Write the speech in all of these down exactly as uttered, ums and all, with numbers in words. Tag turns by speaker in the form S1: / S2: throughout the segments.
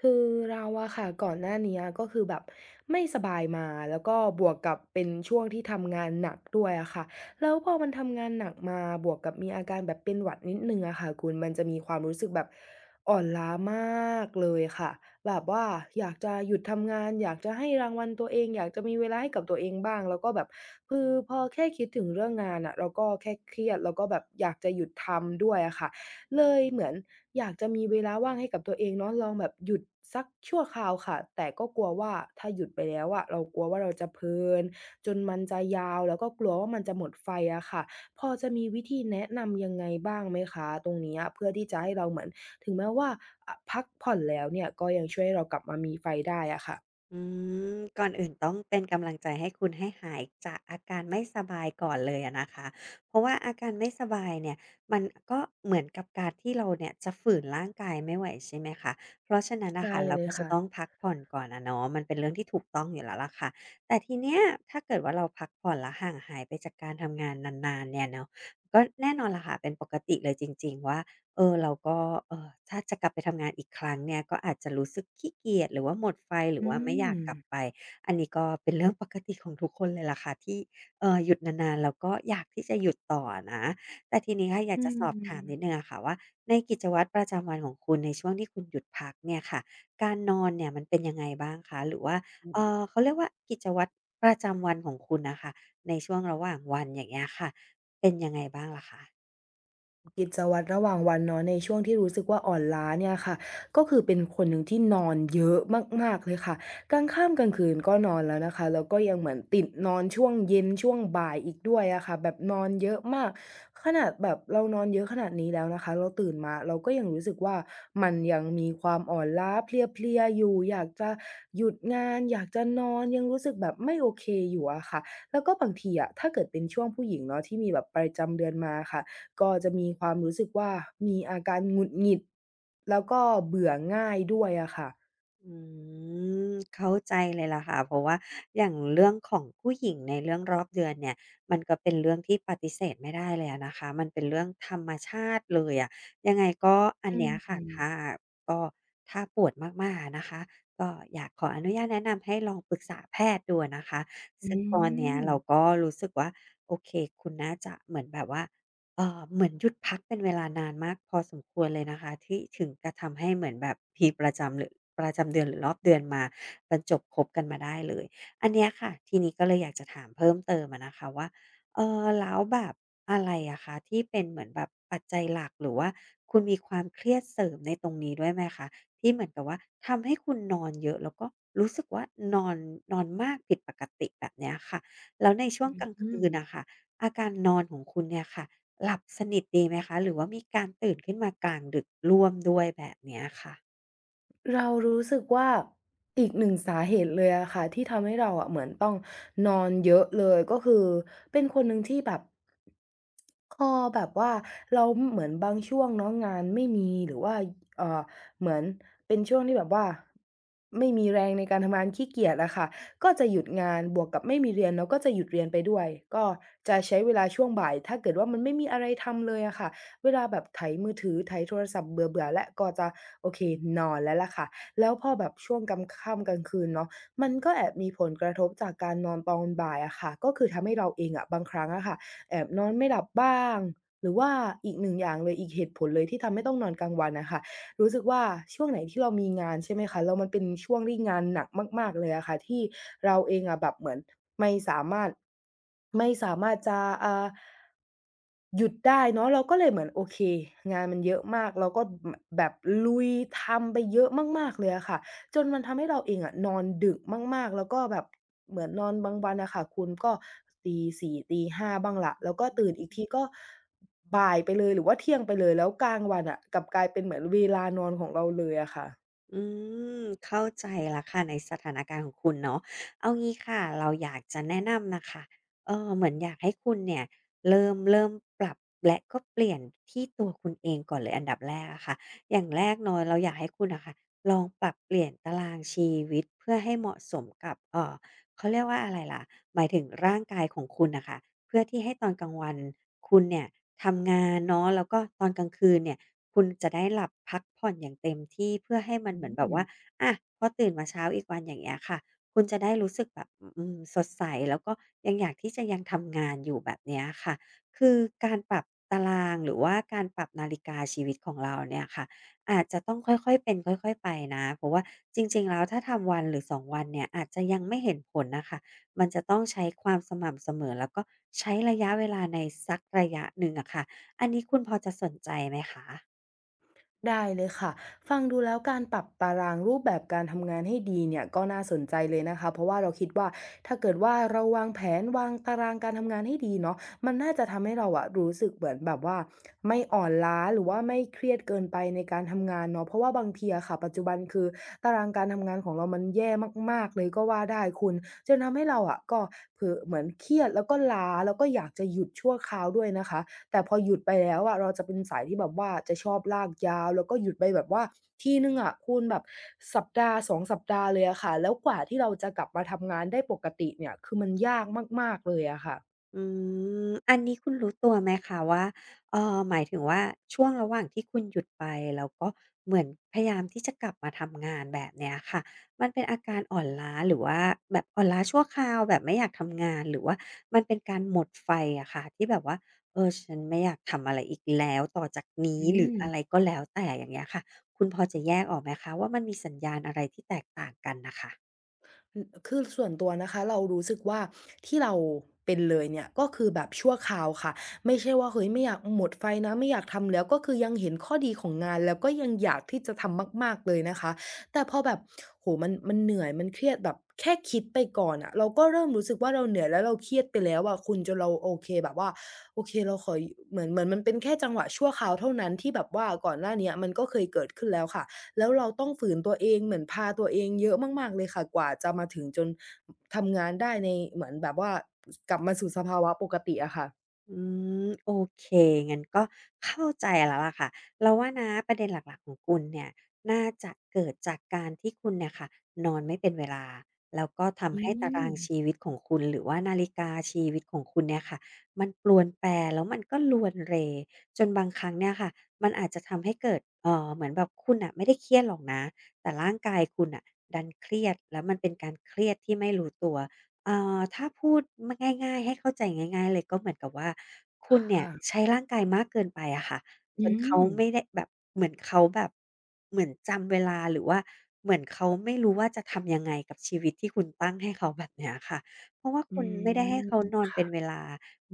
S1: คือเราอะค่ะก่อนหน้าเนี้ยก็คือแบบไม่สบายมาแล้วก็บวกกับเป็นช่วงที่ทำงานหนักด้วยอะค่ะแล้วพอมันทำงานหนักมาบวกกับมีอาการแบบเป็นหวัดนิดหนึ่งอะค่ะคุณมันจะมีความรู้สึกแบบอ่อนล้ามากเลยค่ะแบบว่าอยากจะหยุดทำงานอยากจะให้รางวัลตัวเองอยากจะมีเวลาให้กับตัวเองบ้างแล้วก็แบบคือพอแค่คิดถึงเรื่องงานอะเราก็แค่เครียดแล้วก็แบบอยากจะหยุดทำด้วยอะค่ะ เลยเหมือนอยากจะมีเวลาว่างให้กับตัวเองเนาะลองแบบหยุดสักชั่วคราวค่ะแต่ก็กลัวว่าถ้าหยุดไปแล้วอะเรากลัวว่าเราจะเพลินจนมันจะยาวแล้วก็กลัวว่ามันจะหมดไฟอะค่ะพอจะมีวิธีแนะนำยังไงบ้างไหมคะตรงเนี้ยเพื่อที่จะให้เราเหมือนถึงแม้ว่าอะพักผ่อนแล้วเนี่ยก็ยังช่วยให้เรากลับมามีไฟได้อะค่ะ
S2: อืมก่อนอื่นต้องเป็นกำลังใจให้คุณให้หายจากอาการไม่สบายก่อนเลยอะนะคะเพราะว่าอาการไม่สบายเนี่ยมันก็เหมือนกับการที่เราเนี่ยจะฝืนร่างกายไม่ไหวใช่ไหมคะเพราะฉะนั้นน่ะ
S1: ใช่
S2: ค่ะเรา
S1: เลย
S2: ก็จะ
S1: ค่ะ
S2: ต้องพักผ่อนก่อนอะเนาะมันเป็นเรื่องที่ถูกต้องอยู่แล้วล่ะค่ะแต่ทีเนี้ยถ้าเกิดว่าเราพักผ่อนแล้วห่างหายไปจากการทำงานนานๆเนี่ยเนาะก็แน่นอนล่ะค่ะเป็นปกติเลยจริงๆว่า เออเราก็เออถ้าจะกลับไปทำงานอีกครั้งเนี่ยก็อาจจะรู้สึกขี้เกียจหรือว่าหมดไฟหรือ
S1: อื
S2: ว่าไม่อยาก
S1: ม
S2: กลับไปอันนี้ก็เป็นเรื่องปกติของทุกคนเลยล่ะค่ะที่เออหยุดนานๆแล้วก็อยากที่จะหยุดต่อนะแต่ทีนี้ค่ะอยา
S1: อ
S2: กจะสอบถาม
S1: ื
S2: นิดนึงอะค่ะว่าในกิจวัตรประจำวันของคุณในช่วงที่คุณหยุดพักเนี่ยค่ะการนอนเนี่ยมันเป็นยังไงบ้างคะหรือว่าเออ
S1: ม
S2: เขาเรียกว่ากิจวัตรประจำวันของคุณนะคะในช่วงระหว่างวันอย่างเงี้ยค่ะเป็นยังไงบ้างล่ะคะ
S1: กิจวัตรระหว่างวันเนาะในช่วงที่รู้สึกว่าอ่อนล้าเนี่ยค่ะก็คือเป็นคนหนึ่งที่นอนเยอะมากๆเลยค่ะกลางค่ำกลางคืนก็นอนแล้วนะคะแล้วก็ยังเหมือนติดนอนช่วงเย็นช่วงบ่ายอีกด้วยอะค่ะแบบนอนเยอะมากขนาดแบบเรานอนเยอะขนาดนี้แล้วนะคะเราตื่นมาเราก็ยังรู้สึกว่ามันยังมีความอ่อนล้าเพลียๆอยู่อยากจะหยุดงานอยากจะนอนยังรู้สึกแบบไม่โอเคอยู่อะค่ะแล้วก็บางทีอะถ้าเกิดเป็นช่วงผู้หญิงเนาะที่มีแบบประจำเดือนมาค่ะ ก็จะมีความรู้สึกว่ามีอาการหงุดหงิดแล้วก็เบื่อง่ายด้วยอะค่ะ
S2: อืมเข้าใจเลยล่ะค่ะเพราะว่าอย่างเรื่องของผู้หญิงในเรื่องรอบเดือนเนี่ยมันก็เป็นเรื่องที่ปฏิเสธไม่ได้เลยอะนะคะมันเป็นเรื่องธรรมชาติเลยอะยังไงก็อัน
S1: อื
S2: เนี้ยค่ะ
S1: ม
S2: ถ้าก็ถ้าปวดมากๆอะนะคะก็อยากขออนุญาตแนะนำให้ลองปรึกษาแพทย์ดูอะนะคะ
S1: อื
S2: ซึ่งตอนเนี้ยเรา
S1: ม
S2: ก็รู้สึกว่าโอเคคุณน่าจะเหมือนแบบว่า เอ่อเหมือนหยุดพักเป็นเวลานานมากพอสมควรเลยนะคะที่ถึงกระทำให้เหมือนแบบทีประจำหรือประจำเดือนหรือรอบเดือนมาบรรจบคบกันมาได้เลยอันเนี้ยค่ะทีนี้ก็เลยอยากจะถามเพิ่มเติมอะนะคะว่าเออแล้วแบบอะไรอะคะที่เป็นเหมือนแบบปัจจัยหลักหรือว่าคุณมีความเครียดเสริมในตรงนี้ด้วยไหมคะที่เหมือนกับว่าทำให้คุณนอนเยอะแล้วก็รู้สึกว่านอนนอนมากผิดปกติแบบเนี้ยค่ะแล้วในช่วงกลาง
S1: อื
S2: คื
S1: ม
S2: นนะคะอาการนอนของคุณเนี่ยค่ะ หลับสนิทดีไหมคะหรือว่ามีการตื่นขึ้นมากลางดึกร่วมด้วยแบบเนี้ยค่ะ
S1: เรารู้สึกว่าอีกหนึ่งสาเหตุเลยอะค่ะที่ทำให้เราอะเหมือนต้องนอนเยอะเลยก็คือเป็นคนหนึ่งที่แบบพอแบบว่าเราเหมือนบางช่วงเนาะงานไม่มีหรือว่าเอ่อเหมือนเป็นช่วงที่แบบว่าไม่มีแรงในการทำงานขี้เกียจอะค่ะก็จะหยุดงานบวกกับไม่มีเรียนเราก็จะหยุดเรียนไปด้วยก็จะใช้เวลาช่วงบ่ายถ้าเกิดว่ามันไม่มีอะไรทำเลยอะค่ะ เวลาแบบไถมือถือไถโทรศัพท์เบื่อๆแล้วก็จะโอเคนอนแล้วล่ะค่ะแล้วพอแบบช่วงกำค่ำกลางคืนเนาะมันก็แอบมีผลกระทบจากการนอนตอนบ่ายอะค่ะก็คือทำให้เราเองอะบางครั้งอะค่ะแอบนอนไม่หลับบ้างหรือว่าอีกหนึ่งอย่างเลยอีกเหตุผลเลยที่ทำให้ต้องนอนกลางวันอะค่ะรู้สึกว่าช่วงไหนที่เรามีงานใช่ไหมคะแล้วมันเป็นช่วงที่งานหนักมากๆเลยอะค่ะที่เราเองอะแบบเหมือนไม่สามารถไม่สามารถจะอ่า หยุดได้เนาะเราก็เลยเหมือนโอเคงานมันเยอะมากเราก็มแบบลุยทำไปเยอะมากๆเลยอะค่ะจนมันทำให้เราเองอะนอนดึกมากๆแล้วก็แบบเหมือนนอนบางวันอะค่ะคุณก็ตีสี่ตีห้าบ้างล่ะแล้วก็ตื่นอีกทีก็บ่ายไปเลยหรือว่าเที่ยงไปเลยแล้วกลางวันอะกลับกลายเป็นเหมือนเวลานอนของเราเลยอะค่ะ
S2: อืมเข้าใจละค่ะในสถานการณ์ของคุณเนาะเอางี้ค่ะเราอยากจะแนะนำน่ะค่ะเอ่อเหมือนอยากให้คุณเนี่ยเริ่มเริ่มปรับและก็เปลี่ยนที่ตัวคุณเองก่อนเลยอันดับแรกอะค่ะอย่างแรกเนาะเราอยากให้คุณน่ะค่ะลองปรับเปลี่ยนตารางชีวิตเพื่อให้เหมาะสมกับเอ่อเขาเรียกว่าอะไรล่ะหมายถึงร่างกายของคุณน่ะค่ะเพื่อที่ให้ตอนกลางวันคุณเนี่ยทำงานเนาะแล้วก็ตอนกลางคืนเนี่ย คุณจะได้หลับพักผ่อนอย่างเต็มที่เพื่อให้มัน
S1: อื
S2: เหมือนแบบ
S1: ม
S2: ว่าอะพอตื่นมาเช้าอีกวันอย่างเงี้ยค่ะคุณจะได้รู้สึกแบบอืมสดใสแล้วก็ยังอยากที่จะยังทำงานอยู่แบบเนี้ยค่ะคือการปรับตารางหรือว่าการปรับนาฬิกาชีวิตของเราเนี่ยค่ะอาจจะต้องค่อยๆเป็นค่อยๆไปนะเพราะว่าจริงๆแล้วถ้าทำวันหรือสองวันเนี่ยอาจจะยังไม่เห็นผลน่ะค่ะมันจะต้องใช้ความสม่ำเสมอแล้วก็ใช้ระยะเวลาในสักระยะหนึ่งอะค่ะอันนี้คุณพอจะสนใจไหมคะ
S1: ได้เลยค่ะ ฟังดูแล้วการปรับตารางรูปแบบการทำงานให้ดีเนี่ยก็น่าสนใจเลยนะคะ เพราะว่าเราคิดว่าถ้าเกิดว่าเราวางแผนวางตารางการทำงานให้ดีเนาะมันน่าจะทำให้เราอะรู้สึกเหมือนแบบว่าไม่อ่อนล้าหรือว่าไม่เครียดเกินไปในการทำงานเนาะเพราะว่าบางทีอะค่ะปัจจุบันคือตารางการทำงานของเรามันแย่มากๆเลยก็ว่าได้คุณจนทำให้เราอะก็เผลอเหมือนเครียดแล้วก็ล้าแล้วก็อยากจะหยุดชั่วคราวด้วยนะคะ แต่พอหยุดไปแล้วอะเราจะเป็นสายที่แบบว่าจะชอบลากยาวแล้วก็หยุดไปแบบว่าทีหนึ่งอะคุณแบบสัปดาห์สองสัปดาห์เลยอะค่ะแล้วกว่าที่เราจะกลับมาทำงานได้ปกติเนี่ยคือมันยากมากๆเลยอะค่ะ
S2: อืมอันนี้คุณรู้ตัวไหมคะว่าเอ่อหมายถึงว่าช่วงระหว่างที่คุณหยุดไปแล้วก็เหมือนพยายามที่จะกลับมาทำงานแบบเนี้ยค่ะมันเป็นอาการอ่อนล้าหรือว่าแบบอ่อนล้าชั่วคราวแบบไม่อยากทำงานหรือว่ามันเป็นการหมดไฟอะค่ะที่แบบว่าเออฉันไม่อยากทำอะไรอีกแล้วต่อจากนี้
S1: อื
S2: หรือ
S1: ม
S2: อะไรก็แล้วแต่อย่างเงี้ยค่ะคุณพอจะแยกออกไหมคะว่ามันมีสัญญาณอะไรที่แตกต่างกันน่ะค่ะ
S1: อือคือส่วนตัวนะคะเรารู้สึกว่าที่เราเป็นเลยเนี่ยก็คือแบบชั่วคราวค่ะไม่ใช่ว่าเฮ้ยไม่อยากหมดไฟนะไม่อยากทำแล้วก็คือยังเห็นข้อดีของงานแล้วก็ยังอยากที่จะทำมากๆเลยนะคะแต่พอแบบโอ้โฮมันมันเหนื่อยมันเครียดแบบแค่คิดไปก่อนอะเราก็เริ่มรู้สึกว่าเราเหนื่อยแล้วเราเครียดไปแล้วอะคุณจนเราโอเคแบบว่าโอเคเราขอยเหมือนเหมือนมันเป็นแค่จังหวะชั่วคราวเท่านั้นที่แบบว่าก่อนหน้าเนี้ยมันก็เคยเกิดขึ้นแล้วค่ะ แล้วเราต้องฝืนตัวเองเหมือนพาตัวเองเยอะมากๆเลยค่ะกว่าจะมาถึงจนทำงานได้ในเหมือนแบบว่ากลับมาสู่สภาวะปกติอะค่ะ
S2: อืมโอเคงั้นก็เข้าใจแล้วล่ะค่ะเราว่านะประเด็นหลักๆของคุณเนี่ยน่าจะเกิดจากการที่คุณเนี่ยค่ะนอนไม่เป็นเวลาแล้วก็
S1: อื
S2: ทำให้ตารา
S1: ม
S2: งชีวิตของคุณหรือว่านาฬิกาชีวิตของคุณเนี่ยค่ะมันปรวนแปรแล้วมันก็รวนเรจนบางครั้งเนี่ยค่ะมันอาจจะทำให้เกิดเอ่อเหมือนแบบคุณน่ะไม่ได้เครียดหรอกนะแต่ร่างกายคุณน่ะดันเครียดแล้วมันเป็นการเครียดที่ไม่รู้ตัว เอ่อถ้าพูดมาง่ายๆให้เข้าใจง่ายๆเลยก็เหมือนกับว่าคุณเนี่ย
S1: ค่ะ
S2: ใช้ร่างกายมากเกินไปอะค่ะจ
S1: อื
S2: นเขา
S1: ม
S2: ไม่ได้แบบเหมือนเขาแบบเหมือนจำเวลาหรือว่าเหมือนเขาไม่รู้ว่าจะทำยังไงกับชีวิตที่คุณตั้งให้เขาแบบเนี้ยค่ะเพราะว่า
S1: อื
S2: คุณไม่ได้ให้เขา
S1: ม
S2: นอนเป็นเวลา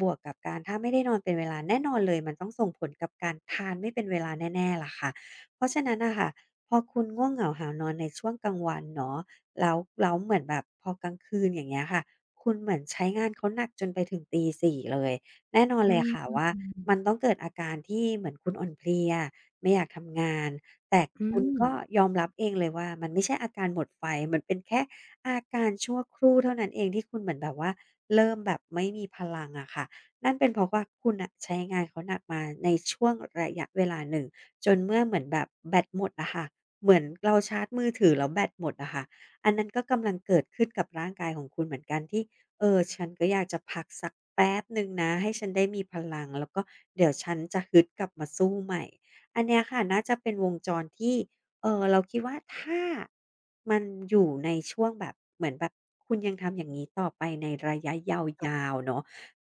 S2: บวกกับการถ้าไม่ได้นอนเป็นเวลาแน่นอนเลยมันต้องส่งผลกับการทานไม่เป็นเวลาแน่ๆล่ะค่ะเพราะฉะนั้นน่ะค่ะพอคุณง่วงเหงาหาวนอนในช่วงกลางวันเนาะ แล้วแล้วเหมือนแบบพอกลางคืนอย่างเงี้ยค่ะคุณเหมือนใช้งานเขาหนักจนไปถึงตีสี่เลยแน่นอนเล
S1: อื
S2: ยค่ะ
S1: ม
S2: ว่ามันต้องเกิดอาการที่เหมือนคุณอ่อนเพลียไม่อยากทำงานแต่
S1: อื
S2: คุณ
S1: ม
S2: ก็ยอมรับเองเลยว่ามันไม่ใช่อาการหมดไฟมันเป็นแค่อาการชั่วครู่เท่านั้นเองที่คุณเหมือนแบบว่าเริ่มแบบไม่มีพลังอะค่ะนั่นเป็นเพราะว่าคุณน่ะใช้งานเขาหนักมาในช่วงระยะเวลาหนึ่งจนเมื่อเหมือนแบบแบตหมดอะค่ะเหมือนเราชาร์จมือถือแล้วแบตหมดอะค่ะ อันนั้นก็กำลังเกิดขึ้นกับร่างกายของคุณเหมือนกันที่เออฉันก็อยากจะพักสักแป๊บหนึ่งนะให้ฉันได้มีพลังแล้วก็เดี๋ยวฉันจะฮึดกลับมาสู้ใหม่อันเนี้ยค่ะน่าจะเป็นวงจรที่เอ่อเราคิดว่าถ้ามันอยู่ในช่วงแบบเหมือนแบบคุณยังทำอย่างงี้ต่อไปในระยะยาวๆเนาะ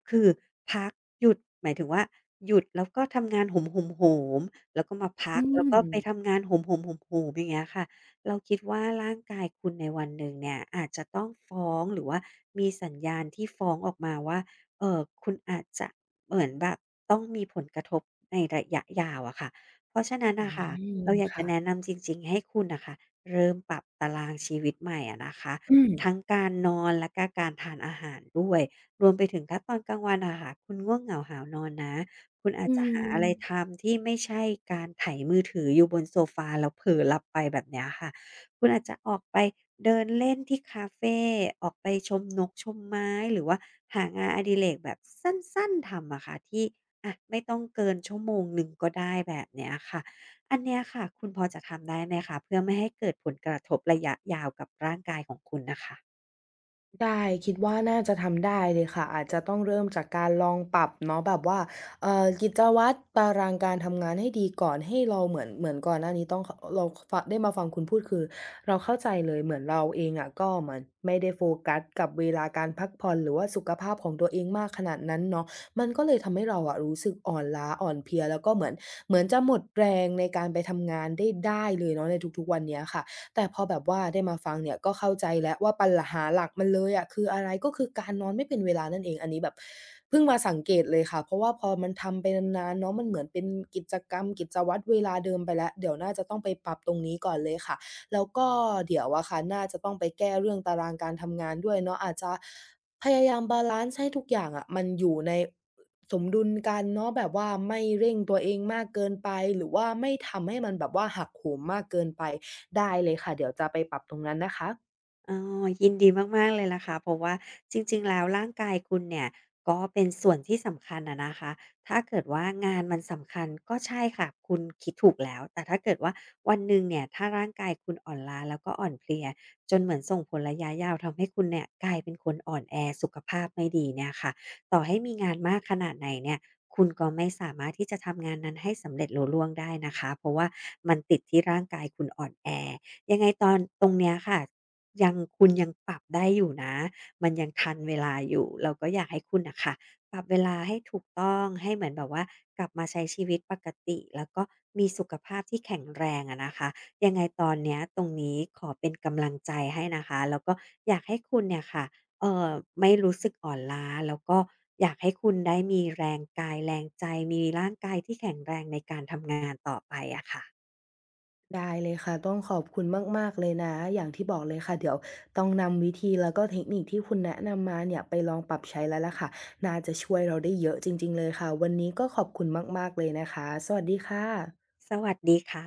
S2: คือพักหยุดหมายถึงว่าหยุดแล้วก็ทำงานโหมๆๆแล้วก็มาพั
S1: อื
S2: กแล้ว
S1: ม
S2: ก็ไปทำงานโหมๆๆๆอย่างเงี้ยค่ะ เราคิดว่าร่างกายคุณในวันหนึ่งเนี่ยอาจจะต้องฟ้องหรือว่ามีสัญญาณที่ฟ้องออกมาว่าเอ่อคุณอาจจะเหมือนแบบต้องมีผลกระทบในระยะยาวอะค่ะเพราะฉะนั้น
S1: อื
S2: น่ะค่ะเรา
S1: ม
S2: อยากจะ
S1: ค่ะ
S2: แนะนำจริงๆให้คุณน่ะค่ะเริ่มปรับตารางชีวิตใหม่อะนะคะ
S1: อืม
S2: ทั้งการนอนและก็การทานอาหารด้วยรวมไปถึงถ้าตอนกลางวันอะค่ะคุณง่วงเหงาหาวนอนนะคุณอาจ
S1: อื
S2: จะหาอะไร
S1: ม
S2: ทำที่ไม่ใช่การไถมือถืออยู่บนโซฟาแล้วเผลอหลับไปแบบเนี้ยค่ะ คุณอาจจะออกไปเดินเล่นที่คาเฟออกไปชมนกชมไม้ หรือว่าหางานอดิเรกแบบสั้นๆทำอะค่ะที่อะไม่ต้องเกินชั่วโมงหนึ่งก็ได้แบบเนี้ยค่ะ อันเนี้ยค่ะคุณพอจะทำได้ไหมคะเพื่อไม่ให้เกิดผลกระทบระยะยาวกับร่างกายของคุณน่ะค่ะ
S1: ได้คิดว่าน่าจะทำได้เลยค่ะอาจจะต้องเริ่มจากการลองปรับเนาะแบบว่าเอ่อกิจวัตรตารางการทำงานให้ดีก่อนให้เราเหมือนเหมือนก่อนหน้านี้ต้องขเราฟะได้มาฟังคุณพูดคือเราเข้าใจเลยเหมือนเราเองอะก็เหมือนไม่ได้โฟกัสกับเวลาการพักผ่อนหรือว่าสุขภาพของตัวเองมากขนาดนั้นเนาะมันก็เลยทำให้เราอะรู้สึกอ่อนล้าอ่อนเพลียแล้วก็เหมือนเหมือนจะหมดแรงในการไปทำงานได้ได้เลยเนาะในทุกๆวันเนี้ยค่ะ แต่พอแบบว่าได้มาฟังเนี่ยก็เข้าใจแล้วว่าปัญหาหลักมันเลยอะคืออะไรก็คือการนอนไม่เป็นเวลานั่นเองอันนี้แบบเพิ่งมาสังเกตเลยค่ะเพราะว่าพอมันทำไปนานๆเนาะมันเหมือนเป็นกิจกรรมกิจวัตรเวลาเดิมไปแล้วเดี๋ยวน่าจะต้องไปปรับตรงนี้ก่อนเลยค่ะแล้วก็เดี๋ยวอะค่ะน่าจะต้องไปแก้เรื่องตารางการทำงานด้วยเนาะอาจจะพยายามบาลันซ์ให้ทุกอย่างอะมันอยู่ใน สมดุลกันเนาะแบบว่าไม่เร่งตัวเองมากเกินไปหรือว่าไม่ทำให้มันแบบว่าหักโหมมากเกินไปได้เลยค่ะเดี๋ยวจะไปปรับตรงนั้นนะคะ
S2: อ๋อยินดีมากๆเลยล่ะค่ะเพราะว่าจริงๆแล้วร่างกายคุณเนี่ยก็เป็นส่วนที่สำคัญอะนะคะถ้าเกิดว่างานมันสำคัญก็ใช่ค่ะคุณคิดถูกแล้วแต่ถ้าเกิดว่าวันหนึ่งเนี่ยถ้าร่างกายคุณอ่อนล้าแล้วก็อ่อนเพลียจนเหมือนส่งผลระยะยาวทำให้คุณเนี่ยกลายเป็นคนอ่อนแอสุขภาพไม่ดีเนี่ยค่ะต่อให้มีงานมากขนาดไหนเนี่ยคุณก็ไม่สามารถที่จะทำงานนั้นให้สำเร็จลุล่วงได้นะคะเพราะว่ามันติดที่ร่างกายคุณอ่อนแอ ยังไงตอนตรงเนี้ยค่ะยังคุณยังปรับได้อยู่นะมันยังทันเวลาอยู่เราก็อยากให้คุณน่ะค่ะปรับเวลาให้ถูกต้องให้เหมือนแบบว่ากลับมาใช้ชีวิตปกติแล้วก็มีสุขภาพที่แข็งแรงอะนะคะยังไงตอนเนี้ยตรงนี้ขอเป็นกำลังใจให้นะคะแล้วก็อยากให้คุณเนี่ยค่ะเอ่อไม่รู้สึกอ่อนล้าแล้วก็อยากให้คุณได้มีแรงกายแรงใจมีร่างกายที่แข็งแรงในการทำงานต่อไปอะค่ะ
S1: ได้เลยค่ะต้องขอบคุณมากๆเลยนะอย่างที่บอกเลยค่ะเดี๋ยวต้องนำวิธีแล้วก็เทคนิคที่คุณแนะนำมาเนี่ยไปลองปรับใช้แล้วล่ะค่ะน่าจะช่วยเราได้เยอะจริงๆเลยค่ะวันนี้ก็ขอบคุณมากๆเลยนะคะสวัสดีค่ะ
S2: สวัสดีค่ะ